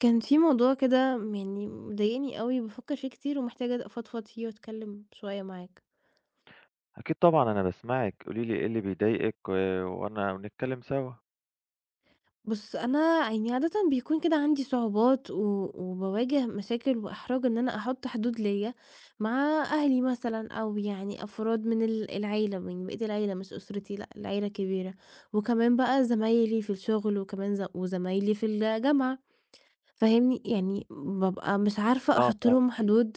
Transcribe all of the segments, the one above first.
كان في موضوع كده يعني مضايقني أوي بافكّر فيه كتير ومحتاجة أفضفض فيه وأتكلّم شوية معاك. أكيد طبعًا أنا باسمعِك، قولي لي إيه اللي بيضايقِك و وأنا ونتكلّم سوا. بُص، أنا يعني عادةً بيكون كده عندي صعوبات وباواجه مشاكل وإحراج إن أنا أحُط حدود ليّا مع أهلي مثلًا أو يعني أفراد من العيلة، من بقية العيلة مش أسرتي لأ، العيلة كبيرة، وكمان بقى زمايلي في الشغل وكمان وزمايلي في الجامعة، فاهمني؟ يعني بابقى مش عارفة آه أحُط فاهمِك. لهم حدود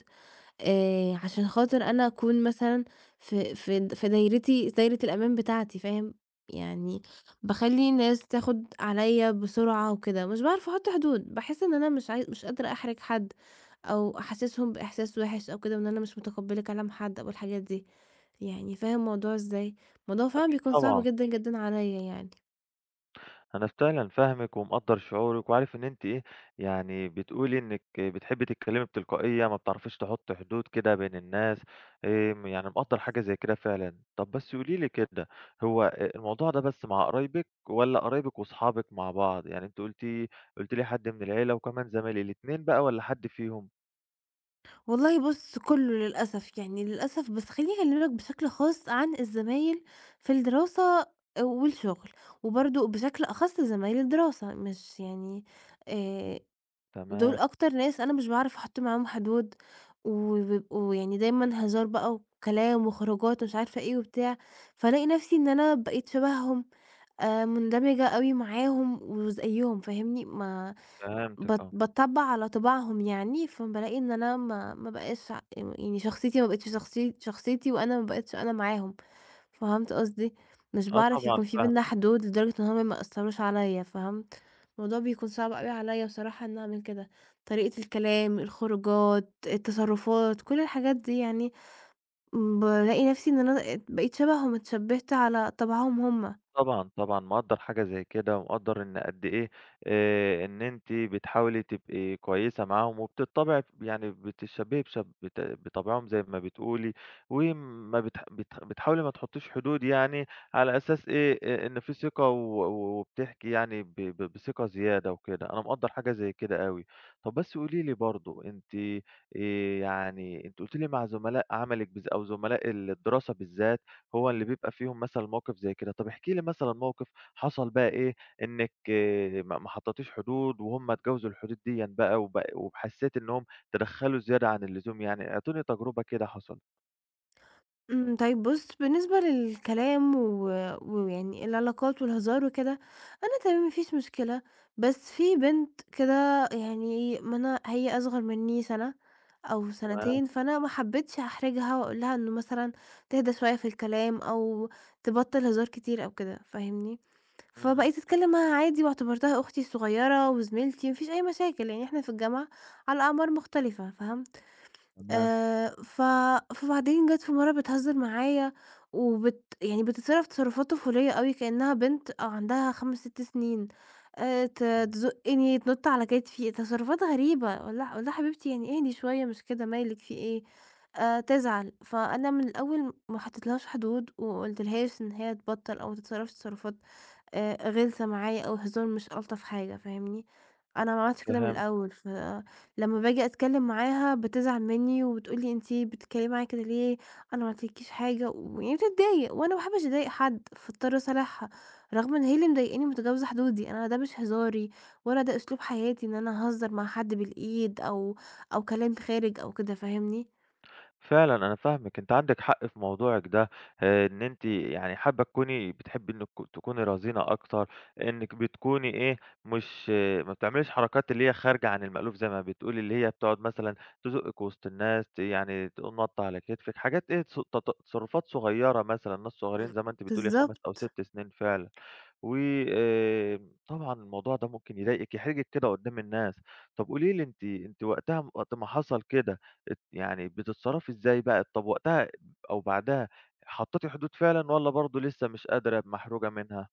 عشان خاطر أنا أكون مثلًا في دايرتي دايرة الأمان بتاعتي فاهم، يعني باخلّي الناس تاخد عليَّ بسرعة وكده، مش باعرف أحُط حدود، باحس إن أنا مش قادرة أحرج حد أو أحسسهم بإحساس وِحِش أو كده، وإن أنا مش متقبلة كلام حد أو الحاجات دي، يعني فاهم الموضوع إزاي؟ الموضوع فعلًا أكيد بيكون صعب طبعًا، جدًا، جدًا عليَّ يعني. أنا فعلًا فاهمِك ومقدّر شعورِك وعارف إن أنتِ إيه. يعني بتقولي إنِّك بتحبّي تتكلّمي بتلقائية، ما بتعرفيش تحُطّي حدود كده بين الناس. يعني مقدّر حاجة زي كده فعلًا. طَب بس قولي لي كده، هو الموضوع ده بس مع قرايبِك والّا قرايبِك وأصحابِك مع بعض؟ يعني أنتِ قُلتِ لي حد من العيلة وكمان زمايل، الاتنين بقى والّا حد فيهم؟ والله بُص كلّه للأسف، بس خلّيني أكلمك بشكل خاص عن الزمايل في الدراسة آه، والشغل، وبرضه بشكل أخص زمايل الدراسة، مش يعني آآ دول تمام، أكتر ناس أنا مش باعرف أحط معاهم حدود، وبيبقوا يعني دايمًا هزار بقى وكلام وخروجات ومش عارفة إيه وبتاع، فالاقي نفسي إن أنا بقيت شبههم مندمجة أوي معاهم وزيهم فاهمني، ما فهمتِك آه. باتطبّع على طباعهم يعني، فبالاقي إن أنا ما بقاش يعني شخصيتي ما بقتش شخصيتي وأنا ما بقيتش أنا معاهم، فهمت قصدي؟ مش آه باعرف طبعًا يكون في فاهمِك. بيننا حدود لدرجة إن هُم ما يأثّروش عليّا فهمت؟ الموضوع بيكون صعب أوي عليّا بصراحة إن أعمل كده، طريقة الكلام، الخروجات، التصرفات، كل الحاجات دي يعني بالاقي نفسي إن أنا بقيت شبههم، اتشبّهت على طبعهم هُم. طبعًا، طبعًا، مقدّر حاجة زي كده، ومقدّر إن قد إيه، إن أنتِ بتحاولي تبقي كويسة معاهم، وبتطّبعي يعني بتشبّهي بشب بت بطبعهم زي ما بتقولي، وما بتحاولي ما تحطّيش حدود يعني على أساس إيه، إن في ثقة وبتحكي يعني ب ب بثقة زيادة وكده، أنا مقدّر حاجة زي كده أوي. طَب بس قولي لي برضه آآ أنتِ قُلتِ لي مع زملاء عملِك أو زملاء الدراسة بالذات، هو اللي بيبقى فيهم مثلًا موقف زي كده. طب احكي لي مثلًا موقف حصل بقى إيه، إنِّك آه، ما حطّيتيش حدود وهُم اتجاوزوا الحدود ديًا بقى وحسّيتِ إنّهم تدخّلوا زيادة عن اللزوم يعني، اعطيني تجربة كده حصلت؟ إمم، طيب بُص، بالنسبة للكلام ويعني العلاقات والهزار وكده، أنا تمام ما فيش مشكلة، بس في بنت كده يعني ما أنا هي أصغر منّي سَنة أو تمام. سنتين، فأنا ما حبيتش أحرجها وأقول لها إنه مثلًا تهدى شوية في الكلام أو تبطّل هزار كتير أو كده، فاهمني؟ إمم، فبقيت أتكلّم معاها عادي واعتبرتها أختي الصغيّرة وزميلتي، ما فيش أي مشاكل، يعني إحنا في الجامعة على أعمار مختلفة، فاهم؟ تمام، ف فبعدين جات في مرّة بتهزر معايا يعني بتتصرّف تصرُّفات طفولية أوي كإنّها بنت أو عندها 5، 6 سنين، ت إمم، تزُقّني، تنُط على كتفي، تصرُّفات غريبة، أقول لها أقول لها: "حبيبتي يعني اهدي شوية مش كده مالِك في إيه؟" تزعل، فأنا من الأول ما حطيتلهاش حدود وما قُلتلهاش إن هي تبطّل أو ما تتصرّفش تصرُّفات غِلسة معايا أو هزار مش ألطف حاجة فاهمني، أنا ما عملتش كده من فهمت. الأول لمّا باجي أتكلّم معاها بتزعل منّي وبتقول لي: "أنتِ بتتكلّمي معايا كده ليه؟ أنا ما قلتلكيش حاجة." ويعني بتتضايق وأنا ما باحبّش أضايق حد، فاضطر أصالحها رغم إن هي اللي مضايقاني ومتجاوزة حدودي. أنا ده مش هزاري ولا ده أسلوب حياتي إن أنا أهزّر مع حد بالإيد أو كلام خارج أو كده، فاهمني؟ فعلًا أنا فاهمِك، أنتِ عندِك حق في موضوعِك ده، إن أنتِ يعني حابة تكوني بتحبي إنِّك تكوني رزينة أكتر، إنِّك بتكوني إيه، مش آه، ما بتعمليش حركات اللي هي خارجة عن المألوف زي ما بتقولي، اللي هي بتقعد مثلًا تزُقِّك وسط الناس، يعني تقوم نطّة على كتفِك، حاجات إيه تص ت تصرفات صغيرة مثلًا، ناس صغيرين إمم. زي ما أنتِ بتقولي 5 أو بالضبط. 6 سنين فعلًا. طبعًا الموضوع ده ممكن يضايقِك، يحرجِك كده قدّام الناس. طب قولي لي أنتِ وقتها وقت ما حصل كده يعني بتتصرّفي إزاي بقى؟ طب وقتها أو بعدها حطّيتِ حدود فعلًا والّا برضه لسه مش قادرة محروجة منها؟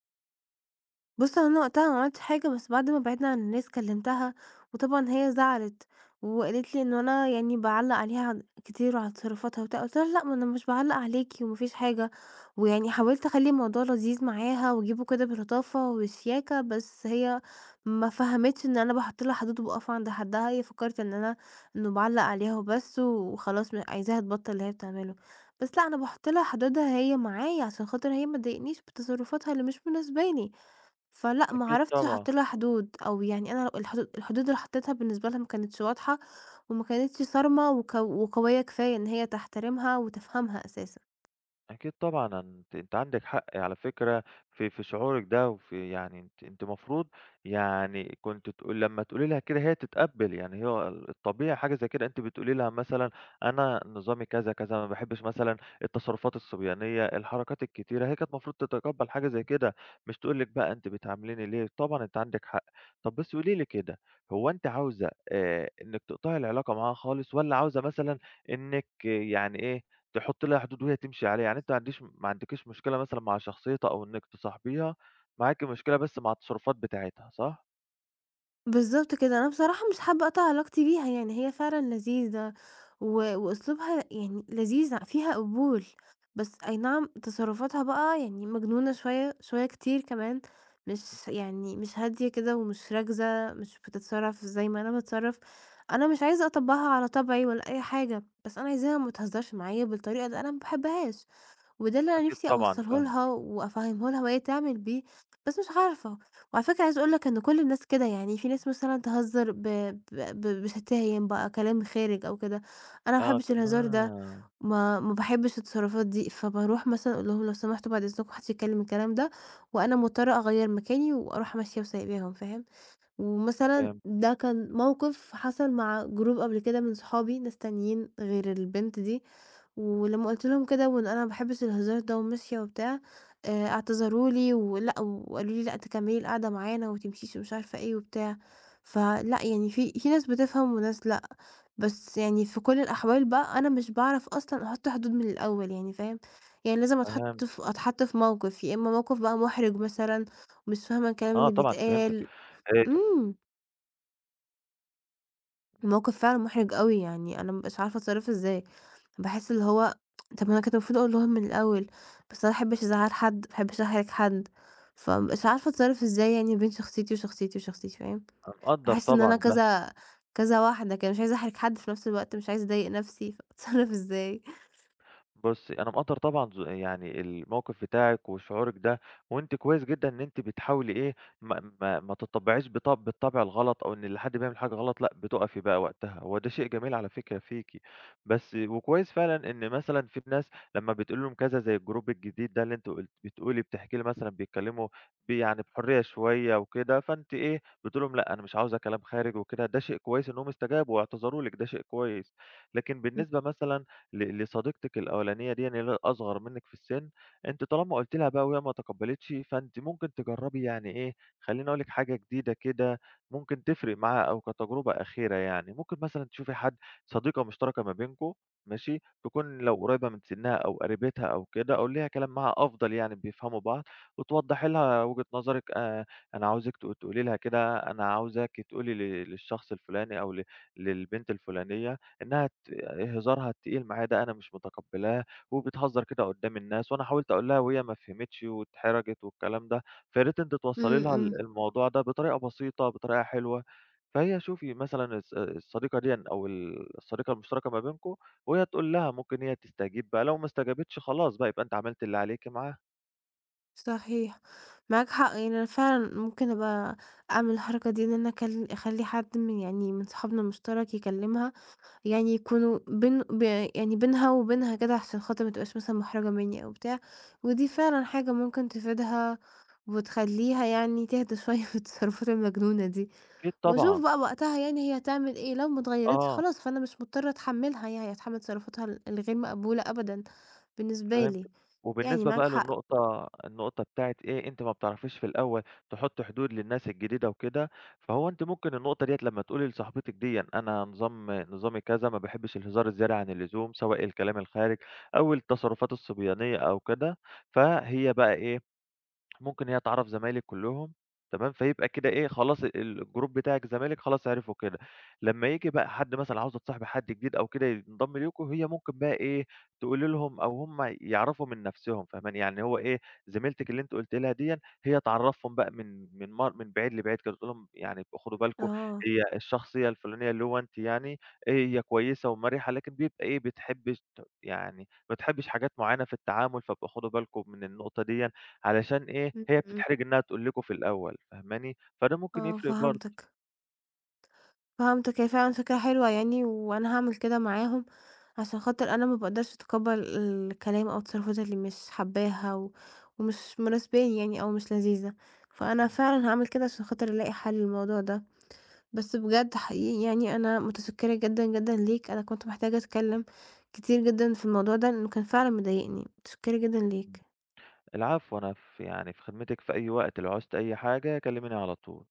بُص، هو أنا وقتها ما عملتش حاجة، بس بعد ما بعدنا عن الناس كلمتها، وطبعًا هي زعلت، وقالت لي إنه أنا يعني باعلّق عليها كتير وعلى تصرفاتها وبتاع، قُلت لها: "لأ، ما أنا مش باعلّق عليكِ وما فيش حاجة." ويعني حاولت أخلّي الموضوع لذيذ معاها واجيبه كده بلطافة وشياكة، بس هي ما فهمتش إن أنا باحط لها حدود وباقف عند حدها، هي فكّرت إن أنا إنه باعلّق عليها وبس وخلاص عايزاها تبطّل اللي هي بتعمله، بس لأ، أنا باحط لها حدودها هي معايا عشان خاطر هي ما تضايقنيش بتصرفاتها اللي مش مناسباني. فلأ، ما أكيد عرفتش طبعًا. أحط لها حدود، أو يعني أنا الحدود اللي حطيتها بالنسبة لها ما كانتش واضحة، وما كانتش صارمة وقوية كفاية إن هي تحترمها وتفهمها أساسًا. أكيد طبعًا، أنتِ عندِك حق على فكرة في شعورِك ده، وفي يعني أنتِ المفروض يعني كنتِ تقول لمّا تقولي لها كده هي تتقبّل، يعني هو الطبيعي حاجة زي كده، أنتِ بتقولي لها مثلًا أنا نظامي كذا، كذا، ما باحبش مثلًا التصرفات الصبيانية، الحركات الكتيرة، هي كانت المفروض تتقبّل حاجة زي كده، مش تقول لِك بقى أنتِ بتعامليني ليه، طبعًا أنتِ عندِك حق. طب بس قولي لي كده، هو أنتِ عاوزة إنِّك تقطعي العلاقة معاها خالص والّا عاوزة مثلًا إنِّك آه، يعني إيه، تحُطّي لها حدود وهي تمشي عليها، يعني أنتِ ما عندكيش مشكلة مثلًا مع شخصيتها أو إنِّك تصاحبيها، معاكِ مشكلة بس مع التصرفات بتاعتها، صح؟ بالضبط كده، أنا بصراحة مش حابة أقطع علاقتي بيها، يعني هي فعلًا لذيذة وأسلوبها يعني لذيذ، فيها قبول، بس أي نعم تصرفاتها بقى يعني مجنونة شوية، شوية كتير كمان، مش يعني مش هادية كده ومش راكزة، مش بتتصرف زي ما أنا باتصرف، أنا مش عايزة أطبّقها على طبعي ولا أي حاجة، بس أنا عايزاها ما تهزرش معايا بالطريقة دي، أنا ما باحبهاش. وده اللي أنا أكيد نِفْسي طبعًا أوصّله لها فاهمِك، وأفهّمه لها وهي تعمل بيه، بس مش عارفة. وعلى فكرة عايزة أقول لك إن كل الناس كده، يعني في ناس مثلًا تهزّر ب ب ب بشتايم بقى، كلام خارج أو كده، أنا ما آه باحبّش الهزار ده، تمام، ما باحبّش التصرفات دي، فباروح مثلًا أقول لهم لو سمحتوا بعد إذنكم ما حدّش يتكلّم الكلام ده، وأنا مضطرة أغيّر مكاني وأروح ماشية وسايباهم، فاهم؟ ومثلًا فهمت، ده كان موقف حصل مع group قبل كده من صحابي، ناس تانيين غير البنت دي، ولمّا قُلت لهم كده وإن أنا ما باحبش الهزار ده وماشية وبتاع، اعتذروا لي ولأ، وقالوا لي: "لأ، تكمّلي القعدة معانا وما تمشيش." ومش عارفة إيه وبتاع، فلأ، يعني في ناس بتفهم وناس لأ، بس يعني في كل الأحوال بقى أنا مش باعرف أصلًا أحُط حدود من الأول يعني فاهم؟ يعني لازم فهمت، أتحط في موقف، يا إما موقف بقى مُحرِج مثلًا ومش فاهمة الكلام آه اللي طبعًا فهمتِك، بيتقال، آآ إمم. الموقف فعلًا مُحرِج أوي، يعني أنا ما بابقاش عارفة أتصرّف إزاي، باحس اللي هو طَب ما أنا كنت المفروض أقول لهم من الأول، بس أنا ما باحبش أزعّل حد، ما باحبش أحرج حد، فما بابقاش عارفة أتصرّف إزاي يعني بين شخصيتي وشخصيتي وشخصيتي، فاهم؟ مقدّر باحس إن أنا طبعًا ده. كذا كذا واحدة كده، مش عايزة أحرج حد، في نفس الوقت مش عايزة أضايق نفسي، فأتصرّف إزاي؟ بُصّي، أنا مقدّر طبعًا يعني الموقِف بتاعِك وشعورِك ده، وأنتِ كويس جدًا إن أنتِ بتحاولي إيه، ما تطبّعيش بالطبع الغلط أو إن حد بيعمل حاجة غلط لأ، بتُقفي بقى وقتها، هو ده شيء جميل على فكرة فيكِ، بس وكويس فعلًا إن مثلًا في ناس لمّا بتقولي لهم كذا زي الجروب الجديد ده اللي أنتِ قلت بتقولي بتحكي لي مثلًا بيتكلّموا يعني بحُرية شوية وكده، فأنتِ إيه، بتقولي لهم لأ، أنا مش عاوزة كلام خارج وكده، ده شيء كويس إنّهم استجابوا واعتذروا لِك، ده شيء كويس. لكن إمم. بالنسبة مثلًا لصديقتِك الأولانية ديًّا اللي هي أصغر منِّك في السِن، أنتِ طالما قُلتِ لها بقى وهي ما تقبّلتش، فأنتِ ممكن تجرّبي يعني إيه، خلّيني أقول لِك حاجة جديدة كده ممكن تفرق معاها أو كتجربة أخيرة يعني. ممكن مثلًا تشوفي حد صديقة مشتركة ما بينكم ماشي، تكون لو قريّبة من سِنّها أو قريبتها أو كده، قولي لها كلام معاها أفضل يعني بيفهموا بعض، وتوضّحي لها وجهة نظرِك، أنا عاوزِك تقولي لها كده، أنا عاوزاكِ تقولي للشخص الفلاني أو للبنت الفلانية إنها يعني إيه هزارها التقيل معايا ده أنا مش متقبّلاه، وبتهزر كده قدّام الناس، وأنا حاولت أقول لها وهي ما فهمتش واتحرجت والكلام ده، فيا ريت أنتِ توصّلي إمم، لها ال إمم، الموضوع ده بطريقة بسيطة، بطريقة حلوة. فهي شوفي مثلًا الصديقة ديًا أو الصديقة المشتركة ما بينكم، وهي تقول لها، ممكن هي تستجيب بقى، لو ما استجابتش خلاص بقى يبقى أنتِ عملتِ اللي عليكِ معاها. صحيح، معاك حق، يعني أنا فعلًا ممكن أبقى أعمل الحركة دي، إن أنا أخلّي حد من يعني من صحابنا المشترك يكلمها يعني يكونوا بين ب يعني بينها وبينها كده عشان خاطر ما تبقاش مثلًا محرجة منّي أو بتاع، ودي فعلًا حاجة ممكن تفيدها وتخلّيها يعني تهدى شوية من التصرفات المجنونة دي، أكيد وأشوف طبعًا، بقى وقتها يعني هي هتعمل إيه، لو ما اتغيّرتش آه. خلاص فأنا مش مضطرة أتحمّلها يعني أتحمّل تصرفاتها الغير مقبولة أبدًا بالنسبة لي، فهمتِك. يعني وبالنسبة معاك بقى حق، النقطة بتاعة إيه، أنتِ ما بتعرفيش في الأول تحُطّي حدود للناس الجديدة وكده، فهو أنتِ ممكن النقطة ديّة لمّا تقولي لصاحبتِك ديًّا أنا نظامي كذا، ما باحبش الهزار الزيادة عن اللزوم، سواء الكلام الخارج أو التصرفات الصبيانية أو كده، فهي بقى إيه، ممكن هي تعرّف زمايلي كلّهم تمام، فيبقى كده إيه، خلاص الجروب بتاعِك زمايلِك خلاص عرفوا كده. لمّا ييجي بقى حد مثلًا عاوزة تصاحبي حد جديد أو كده ينضم ليكم، هي ممكن بقى إيه، تقول لهم أو هم يعرفوا من نَفْسهم فاهماني، يعني هو إيه، زميلتِك اللي أنتِ قُلتِ لها ديًّا هي تعرّفهم بقى من بعيد لبعيد كده، تقول لهم يعني ابقوا خدوا بالكم آه، هي الشخصية الفلانية اللي هو أنتِ يعني إيه، هي كويسة ومرحّة لكن بيبقى إيه، بتحبش ت يعني ما بتحبش حاجات معيّنة في التعامل، فابقوا خدوا بالكم من النقطة ديًّا. علشان إيه، إمم، هي إمم، بتتحرج إنها تقول لكم في الأول فاهماني، فده ممكن آه يفرق برضه. فهمتك. فهمتِك، هي فعلًا فكرة حلوة يعني، وأنا هاعمل كده معاهم، عشان خاطر أنا ما باقدرش أتقبّل الكلام أو التصرفات اللي مش حاباها ومش مناسباني يعني أو مش لذيذة، فأنا إمم، فعلًا هاعمل كده عشان خاطر ألاقي حل للموضوع ده. بس بجد حقيقي يعني أنا متشكرة جدًا، جدًا ليك، أنا كنت محتاجة أتكلّم كتير جدًا في الموضوع ده، لإنه كان فعلًا مضايقني. متشكرة جدًا إمم. ليك. العفو أنا في خدمتِك في أي وقت، لو عُزتِ أي حاجة كلميني على طول.